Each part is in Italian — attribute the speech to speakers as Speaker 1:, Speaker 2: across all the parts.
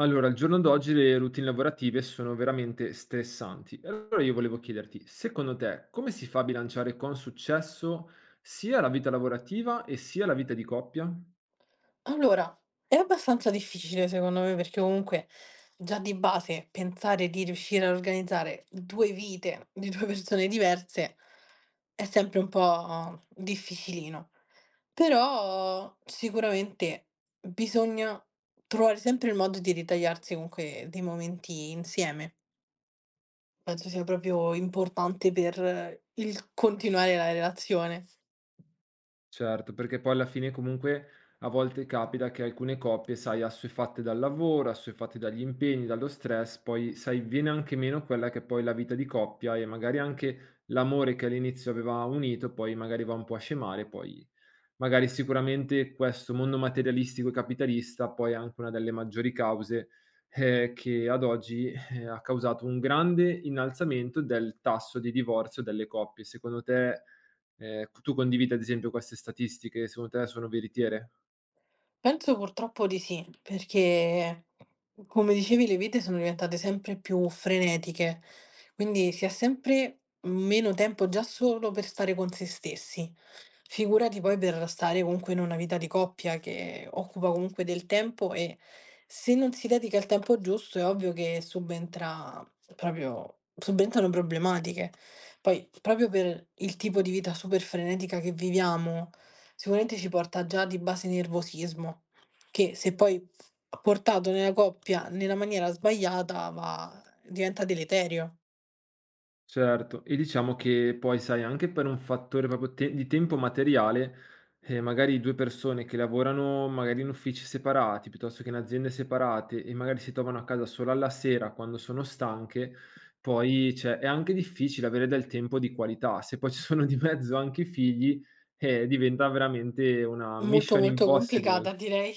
Speaker 1: Allora, al giorno d'oggi le routine lavorative sono veramente stressanti. E allora io volevo chiederti, secondo te, come si fa a bilanciare con successo sia la vita lavorativa e sia la vita di coppia?
Speaker 2: Allora, è abbastanza difficile secondo me, perché comunque già di base pensare di riuscire a organizzare 2 vite di 2 persone diverse è sempre un po' difficilino. Però sicuramente bisogna trovare sempre il modo di ritagliarsi comunque dei momenti insieme. Penso sia proprio importante per il continuare la relazione.
Speaker 1: Certo, perché poi alla fine comunque a volte capita che alcune coppie, sai, assuefatte dal lavoro, assuefatte dagli impegni, dallo stress, poi, sai, viene anche meno quella che è poi la vita di coppia e magari anche l'amore che all'inizio aveva unito, poi magari va un po' a scemare, poi. Magari sicuramente questo mondo materialistico e capitalista poi è anche una delle maggiori cause, che ad oggi, ha causato un grande innalzamento del tasso di divorzio delle coppie. Secondo te, tu condividi ad esempio queste statistiche? Secondo te sono veritiere?
Speaker 2: Penso purtroppo di sì, perché come dicevi le vite sono diventate sempre più frenetiche, quindi si ha sempre meno tempo già solo per stare con se stessi. Figurati poi per stare comunque in una vita di coppia che occupa comunque del tempo e se non si dedica il tempo giusto è ovvio che subentrano problematiche. Poi proprio per il tipo di vita super frenetica che viviamo sicuramente ci porta già di base nervosismo, che se poi portato nella coppia nella maniera sbagliata va diventa deleterio.
Speaker 1: Certo, e diciamo che poi sai anche per un fattore proprio te di tempo materiale, magari 2 persone che lavorano magari in uffici separati, piuttosto che in aziende separate e magari si trovano a casa solo alla sera quando sono stanche, poi cioè è anche difficile avere del tempo di qualità. Se poi ci sono di mezzo anche i figli, diventa veramente una
Speaker 2: Molto,
Speaker 1: mission
Speaker 2: molto
Speaker 1: impossible.
Speaker 2: complicata direi.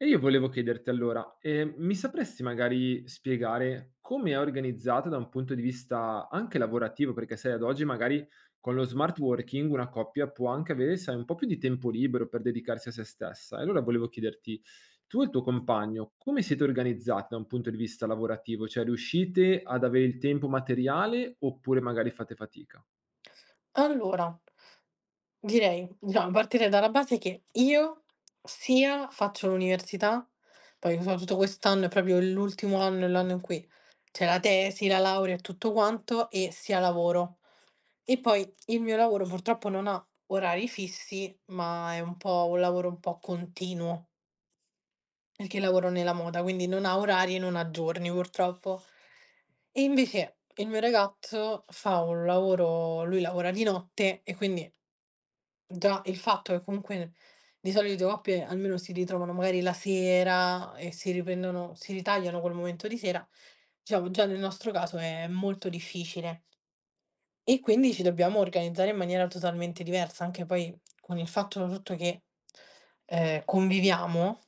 Speaker 1: E io volevo chiederti allora, mi sapresti magari spiegare come è organizzata da un punto di vista anche lavorativo? Perché sai ad oggi magari con lo smart working una coppia può anche avere, sai, un po' più di tempo libero per dedicarsi a se stessa. E allora volevo chiederti, tu e il tuo compagno come siete organizzati da un punto di vista lavorativo? Cioè riuscite ad avere il tempo materiale oppure magari fate fatica?
Speaker 2: Allora, direi, diciamo, partire dalla base che io sia faccio l'università, poi soprattutto quest'anno è proprio l'ultimo anno, è l'anno in cui c'è la tesi, la laurea e tutto quanto, e sia lavoro. E poi il mio lavoro purtroppo non ha orari fissi, ma è un po' un lavoro un po' continuo, perché lavoro nella moda, quindi non ha orari e non ha giorni purtroppo. E invece il mio ragazzo fa un lavoro, lui lavora di notte e quindi già, il fatto è comunque di solito le coppie almeno si ritrovano magari la sera e si ritagliano quel momento di sera. Diciamo già nel nostro caso è molto difficile. E quindi ci dobbiamo organizzare in maniera totalmente diversa, anche poi con il fatto tutto che, conviviamo,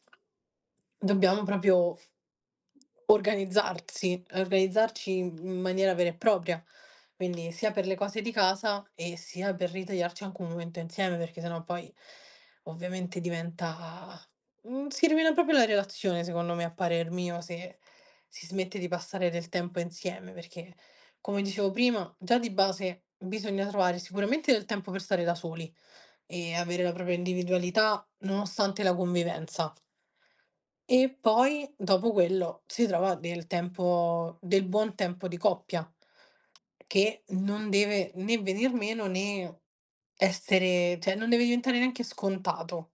Speaker 2: dobbiamo proprio organizzarsi organizzarci in maniera vera e propria. Quindi sia per le cose di casa e sia per ritagliarci anche un momento insieme, perché sennò poi ovviamente diventa si rovina proprio la relazione secondo me, a parer mio, se si smette di passare del tempo insieme, perché come dicevo prima, già di base bisogna trovare sicuramente del tempo per stare da soli e avere la propria individualità nonostante la convivenza. E poi dopo quello si trova del tempo, del buon tempo di coppia. Che
Speaker 1: Ce
Speaker 2: non deve né venir meno né essere, cioè non deve diventare neanche scontato.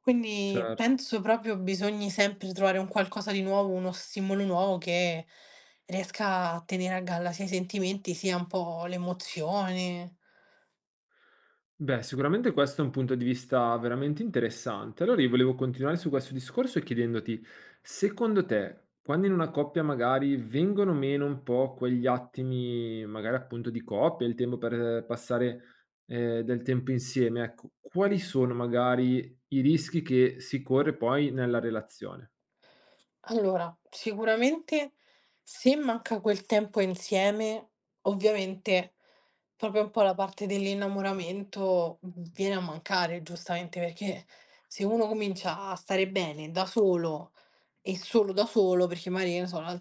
Speaker 2: Quindi
Speaker 1: cer
Speaker 2: penso proprio bisogni sempre trovare un qualcosa di nuovo, uno stimolo nuovo che riesca a tenere a galla sia i sentimenti, sia un po' l'emozione.
Speaker 1: Beh, sicuramente questo è un punto di vista veramente interessante. Allora io volevo continuare su questo discorso chiedendoti, secondo te, quando in una coppia magari vengono meno un po' quegli attimi, magari appunto di coppia, il tempo per passare del tempo insieme, ecco, quali sono magari i rischi che si corre poi nella relazione?
Speaker 2: Allora, sicuramente se manca quel tempo insieme, ovviamente proprio un po' la parte dell'innamoramento viene a mancare, giustamente, perché se uno comincia a stare bene da solo e solo da solo, perché magari, che ne so,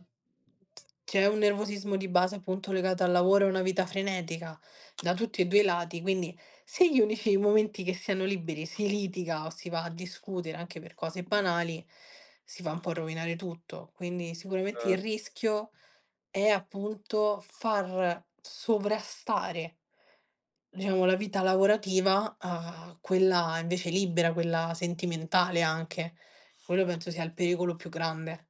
Speaker 2: c'è un nervosismo di base appunto legato al lavoro e una vita frenetica da tutti e due i lati, quindi se gli unici momenti che si hanno liberi si litiga o si va a discutere anche per cose banali, si va un po' a rovinare tutto. Quindi sicuramente il rischio è appunto far sovrastare, diciamo, la vita lavorativa a quella invece libera, quella sentimentale anche. Quello penso sia il pericolo più grande.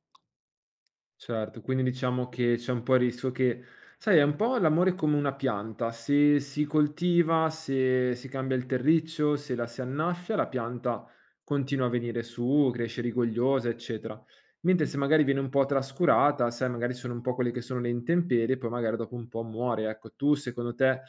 Speaker 1: Certo, quindi diciamo che c'è un po' il rischio che sai è un po' l'amore come una pianta, se si coltiva, se si cambia il terriccio, se la si annaffia, la pianta continua a venire su, cresce rigogliosa, eccetera. Mentre se magari viene un po' trascurata, sai magari sono un po' quelle che sono le intemperie, poi magari dopo un po' muore. Ecco, tu secondo te,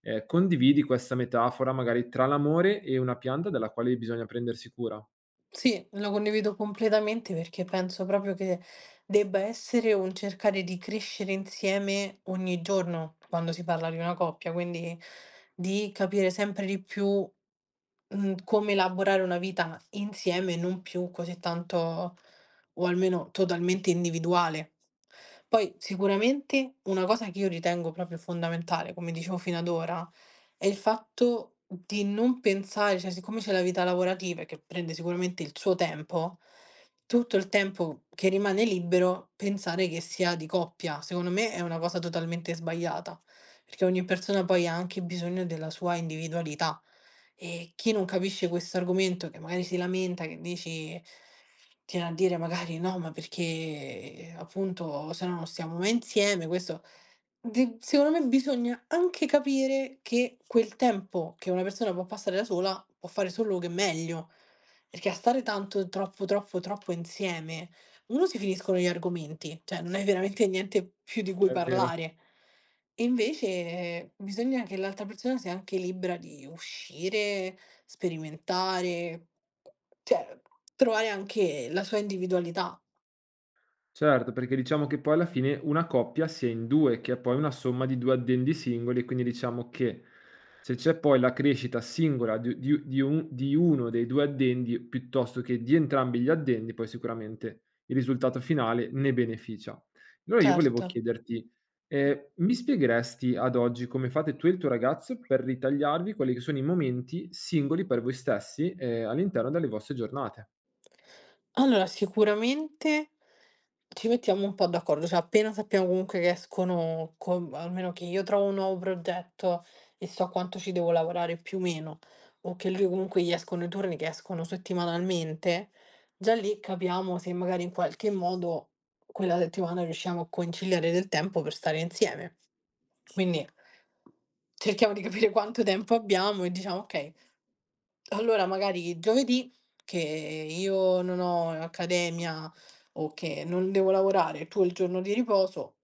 Speaker 1: condividi questa metafora magari tra l'amore e una pianta della quale bisogna prendersi cura?
Speaker 2: Sì, lo condivido completamente perché penso proprio che debba essere un cercare di crescere insieme ogni giorno quando si parla di una coppia, quindi di capire sempre di più, come elaborare una vita insieme e non più così tanto o almeno totalmente individuale. Poi sicuramente una cosa che io ritengo proprio fondamentale, come dicevo fino ad ora, è il fatto di non pensare, cioè siccome c'è la vita lavorativa che prende sicuramente il suo tempo, tutto il tempo che rimane libero pensare che sia di coppia. Secondo me è una cosa totalmente sbagliata, perché ogni persona poi ha anche bisogno della sua individualità. E chi non capisce questo argomento, che magari si lamenta, che dici tiene a dire magari: "No, ma perché appunto se no non stiamo mai insieme", questo, di secondo me bisogna anche capire che quel tempo che una persona può passare da sola può fare solo che meglio, perché a stare tanto, troppo, troppo, troppo insieme 1 si finiscono gli argomenti, cioè non hai veramente niente più di cui
Speaker 1: È vero.
Speaker 2: parlare. E invece bisogna che l'altra persona sia anche libera di uscire, sperimentare, cioè trovare anche la sua individualità.
Speaker 1: Certo, perché diciamo che poi alla fine una coppia si è in 2, che è poi una somma di 2 addendi singoli, quindi diciamo che se c'è poi la crescita singola di un di uno dei 2 addendi piuttosto che di entrambi gli addendi, poi sicuramente il risultato finale ne beneficia. Allora io volevo
Speaker 2: Certo.
Speaker 1: chiederti, mi spiegheresti ad oggi come fate tu e il tuo ragazzo per ritagliarvi quelli che sono i momenti singoli per voi stessi, all'interno delle vostre giornate?
Speaker 2: Allora, sicuramente ci mettiamo un po' d'accordo, cioè appena sappiamo comunque che escono com almeno che io trovo un nuovo progetto e so quanto ci devo lavorare più o meno, o che lui comunque gli escono i turni che escono settimanalmente, già lì capiamo se magari in qualche modo quella settimana riusciamo a conciliare del tempo per stare insieme. Quindi cerchiamo di capire quanto tempo abbiamo e diciamo: "Okay, allora magari giovedì che io non ho accademia o che non devo lavorare, tu hai il giorno di riposo."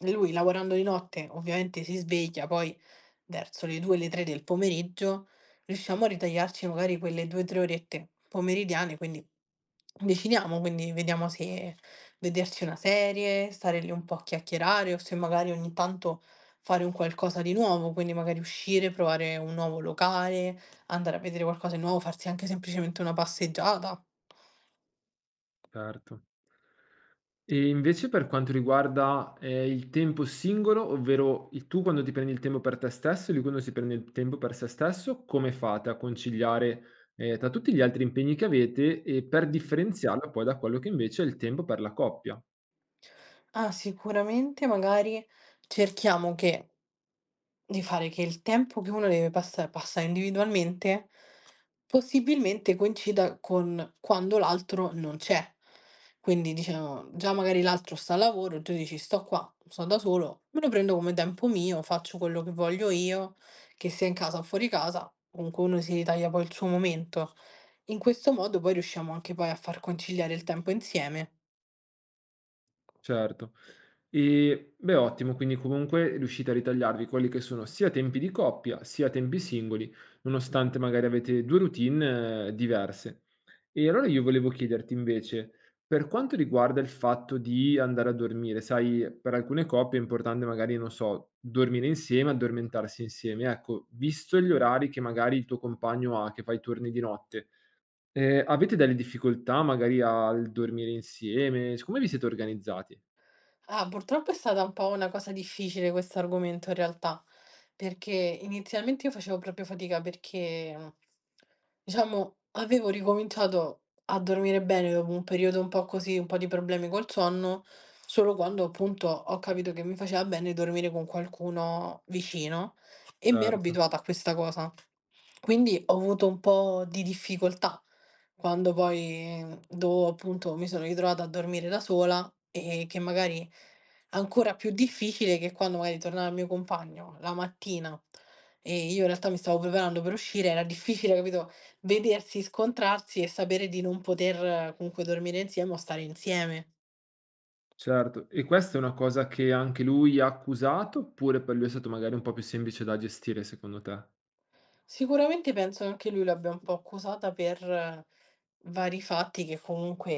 Speaker 2: Lui lavorando di notte ovviamente si sveglia poi verso le 2, le 3 del pomeriggio, riusciamo a ritagliarci magari quelle 2, 3 orette pomeridiane, quindi deciniamo, quindi vediamo se vederci una serie, stare lì un po' a chiacchierare o se magari ogni tanto fare un qualcosa di nuovo, quindi magari uscire, provare un nuovo locale. Andare a vedere qualcosa di nuovo, farsi anche semplicemente una passeggiata.
Speaker 1: Certo. E invece per quanto riguarda, il tempo singolo, ovvero il tu quando ti prendi il tempo per te stesso e lui quando si prende il tempo per se stesso, come fate a conciliare, tra tutti gli altri impegni che avete e per differenziarlo poi da quello che invece è il tempo per la coppia?
Speaker 2: Ah, sicuramente magari cerchiamo che di fare che il tempo che uno deve passare individualmente, possibilmente coincida con quando l'altro non c'è. Quindi diciamo, già magari l'altro sta al lavoro, tu dici: "Sto qua, sto da solo, me lo prendo come tempo mio, faccio quello che voglio io", che sia in casa o fuori casa, comunque uno si ritaglia poi il suo momento. In questo modo poi riusciamo anche poi a far conciliare il tempo insieme.
Speaker 1: Certo. E beh, ottimo, quindi comunque riuscite a ritagliarvi quelli che sono sia tempi di coppia, sia tempi singoli, nonostante magari avete 2 routine diverse. E allora io volevo chiederti invece, per quanto riguarda il fatto di andare a dormire, sai, per alcune coppie è importante magari, non so, dormire insieme, addormentarsi insieme. Ecco, visto gli orari che magari il tuo compagno ha, che fa i turni di notte, avete delle difficoltà magari al dormire insieme? S Come vi siete organizzati?
Speaker 2: Ah, purtroppo è stata un po' una cosa difficile questo argomento in realtà, perché inizialmente io facevo proprio fatica perché, diciamo avevo ricominciato a dormire bene dopo un periodo un po' così, un po' di problemi col sonno, solo quando appunto ho capito che mi faceva bene dormire con qualcuno vicino e mi ero
Speaker 1: Certo,
Speaker 2: abituata a questa cosa. Quindi ho avuto un po' di difficoltà. Quando poi, mhmm, do appunto mi sono ritrovata a dormire da sola, e che magari ancora più difficile che quando magari tornava il mio compagno la mattina, e io in realtà mi stavo preparando per uscire, era difficile, capito, vedersi, scontrarsi e sapere di non poter comunque dormire insieme o stare insieme.
Speaker 1: certo. E questa è una cosa che anche lui ha accusato, oppure per lui è stato magari un po' più semplice da gestire secondo te?
Speaker 2: Sicuramente penso che anche lui l'abbia un po' accusata per vari fatti che comunque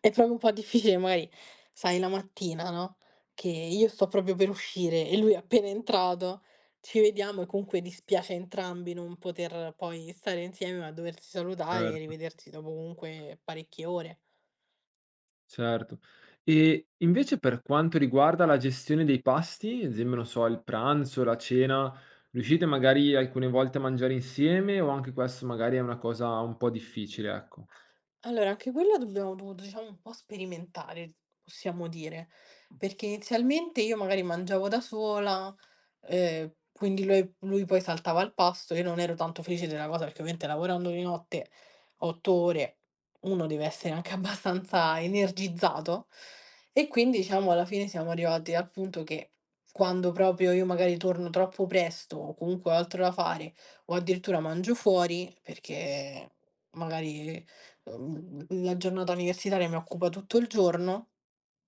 Speaker 2: è proprio un po' difficile, magari sai la mattina, no, che io sto proprio per uscire e lui è appena entrato, ci vediamo e comunque dispiace a entrambi non poter poi stare insieme, ma doversi salutare e
Speaker 1: Certo.
Speaker 2: rivedersi dopo comunque parecchie ore.
Speaker 1: Certo. E invece per quanto riguarda la gestione dei pasti, ad esempio, non so, il pranzo, la cena, riuscite magari alcune volte a mangiare insieme o anche questo magari è una cosa un po' difficile, ecco.
Speaker 2: Allora, anche quella dobbiamo dovuto, diciamo, un po' sperimentare, possiamo dire, perché inizialmente io magari mangiavo da sola, quindi lui poi saltava al pasto, io non ero tanto felice della cosa perché ovviamente lavorando di notte 8 ore, uno deve essere anche abbastanza energizzato e quindi,
Speaker 1: Ah,
Speaker 2: diciamo, alla fine siamo arrivati al punto che quando proprio io magari torno troppo presto o comunque ho altro da fare o addirittura mangio fuori perché magari la giornata universitaria mi occupa tutto il giorno,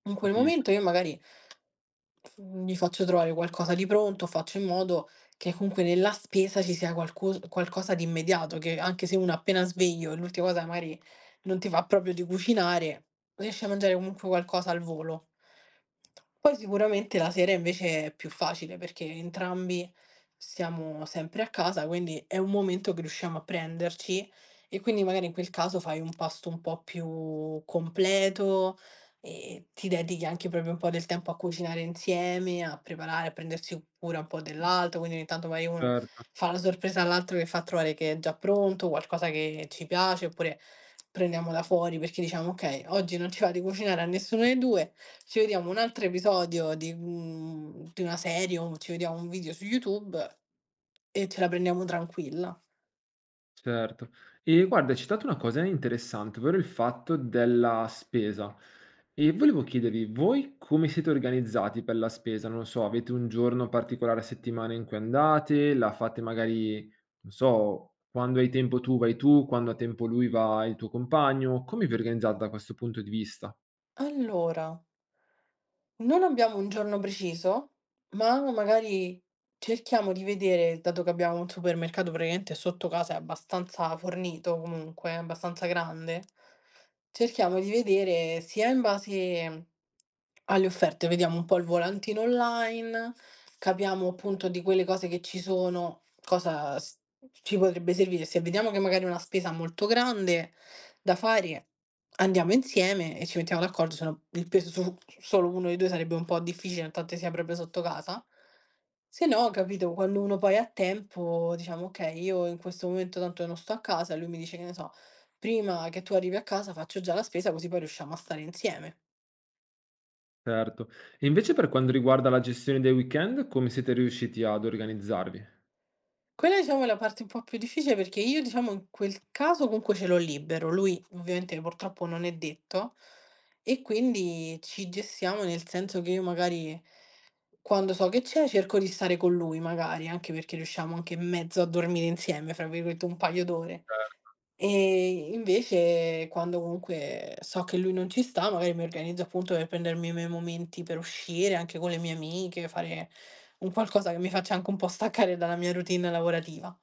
Speaker 2: in quel
Speaker 1: capisco,
Speaker 2: momento io magari f gli faccio trovare qualcosa di pronto, faccio in modo che comunque nella spesa ci sia qualcosa di immediato, che anche se uno è appena sveglio e l'ultima cosa che magari non ti va proprio di cucinare, riesci a mangiare comunque qualcosa al volo. Poi sicuramente la sera invece è più facile, perché entrambi siamo sempre a casa, quindi è un momento che riusciamo a prenderci, e quindi magari in quel caso fai un pasto un po' più completo e ti dedichi anche proprio un po' del tempo a cucinare insieme, a preparare, a prendersi cura un po' dell'altro, quindi ogni tanto magari uno
Speaker 1: certo.
Speaker 2: fa la sorpresa all'altro, che fa trovare che è già pronto, qualcosa che ci piace, oppure prendiamo da fuori perché diciamo: "Okay, oggi non ci va di cucinare a nessuno dei 2, ci vediamo un altro episodio di di una serie o ci vediamo un video su YouTube e ce la prendiamo tranquilla."
Speaker 1: Certo. E guarda, hai citato una cosa interessante, ovvero il fatto della spesa. E volevo chiedervi, voi come siete organizzati per la spesa? Non lo so, avete un giorno particolare a settimana in cui andate? La fate magari, non so, quando hai tempo tu vai tu, quando ha tempo lui va il tuo compagno? Come vi organizzate da questo punto di vista?
Speaker 2: Allora, non abbiamo un giorno preciso, ma magari cerchiamo di vedere, dato che abbiamo un supermercato praticamente sotto casa, è abbastanza fornito comunque, è abbastanza grande, cerchiamo di vedere sia in base alle offerte, vediamo un po' il volantino online, capiamo appunto di quelle cose che ci sono, cosa ci potrebbe servire. Se vediamo che magari è una spesa molto grande da fare, andiamo insieme e ci mettiamo d'accordo, se no il peso su solo uno dei 2 sarebbe un po' difficile, tanto si avrebbe sotto casa. Se no, capito, quando uno poi ha tempo diciamo: "Okay, io in questo momento tanto non sto a casa", e lui mi dice, che ne so: "Prima che tu arrivi a casa faccio già la spesa così poi riusciamo a stare insieme".
Speaker 1: Certo. E invece per quanto riguarda la gestione dei weekend, come siete riusciti ad organizzarvi?
Speaker 2: Quella diciamo è la parte un po' più difficile perché io diciamo in quel caso comunque ce l'ho libero, lui ovviamente purtroppo non è detto, e quindi ci gestiamo nel senso che io magari quando so che c'è cerco di stare con lui magari, anche perché riusciamo anche mezzo a "dormire insieme", fra virgolette, un paio d'ore. Invece quando comunque so che lui non ci sta, magari mi organizzo appunto per prendermi i miei momenti per uscire anche con le mie amiche, fare un qualcosa che mi faccia anche un po' staccare dalla mia routine lavorativa.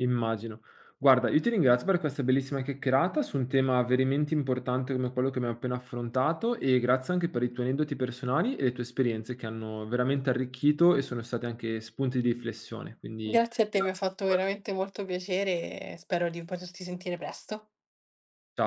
Speaker 1: Immagino. Guarda, io ti ringrazio per questa bellissima chiacchierata su un tema veramente importante come quello che abbiamo appena affrontato e grazie anche per i tuoi aneddoti personali e le tue esperienze che hanno veramente arricchito e sono stati anche spunti di riflessione. Quindi
Speaker 2: Grazie a te, mi ha
Speaker 1: grazie
Speaker 2: fatto
Speaker 1: ancora. Ciao.
Speaker 2: veramente molto piacere e spero di poterti sentire presto.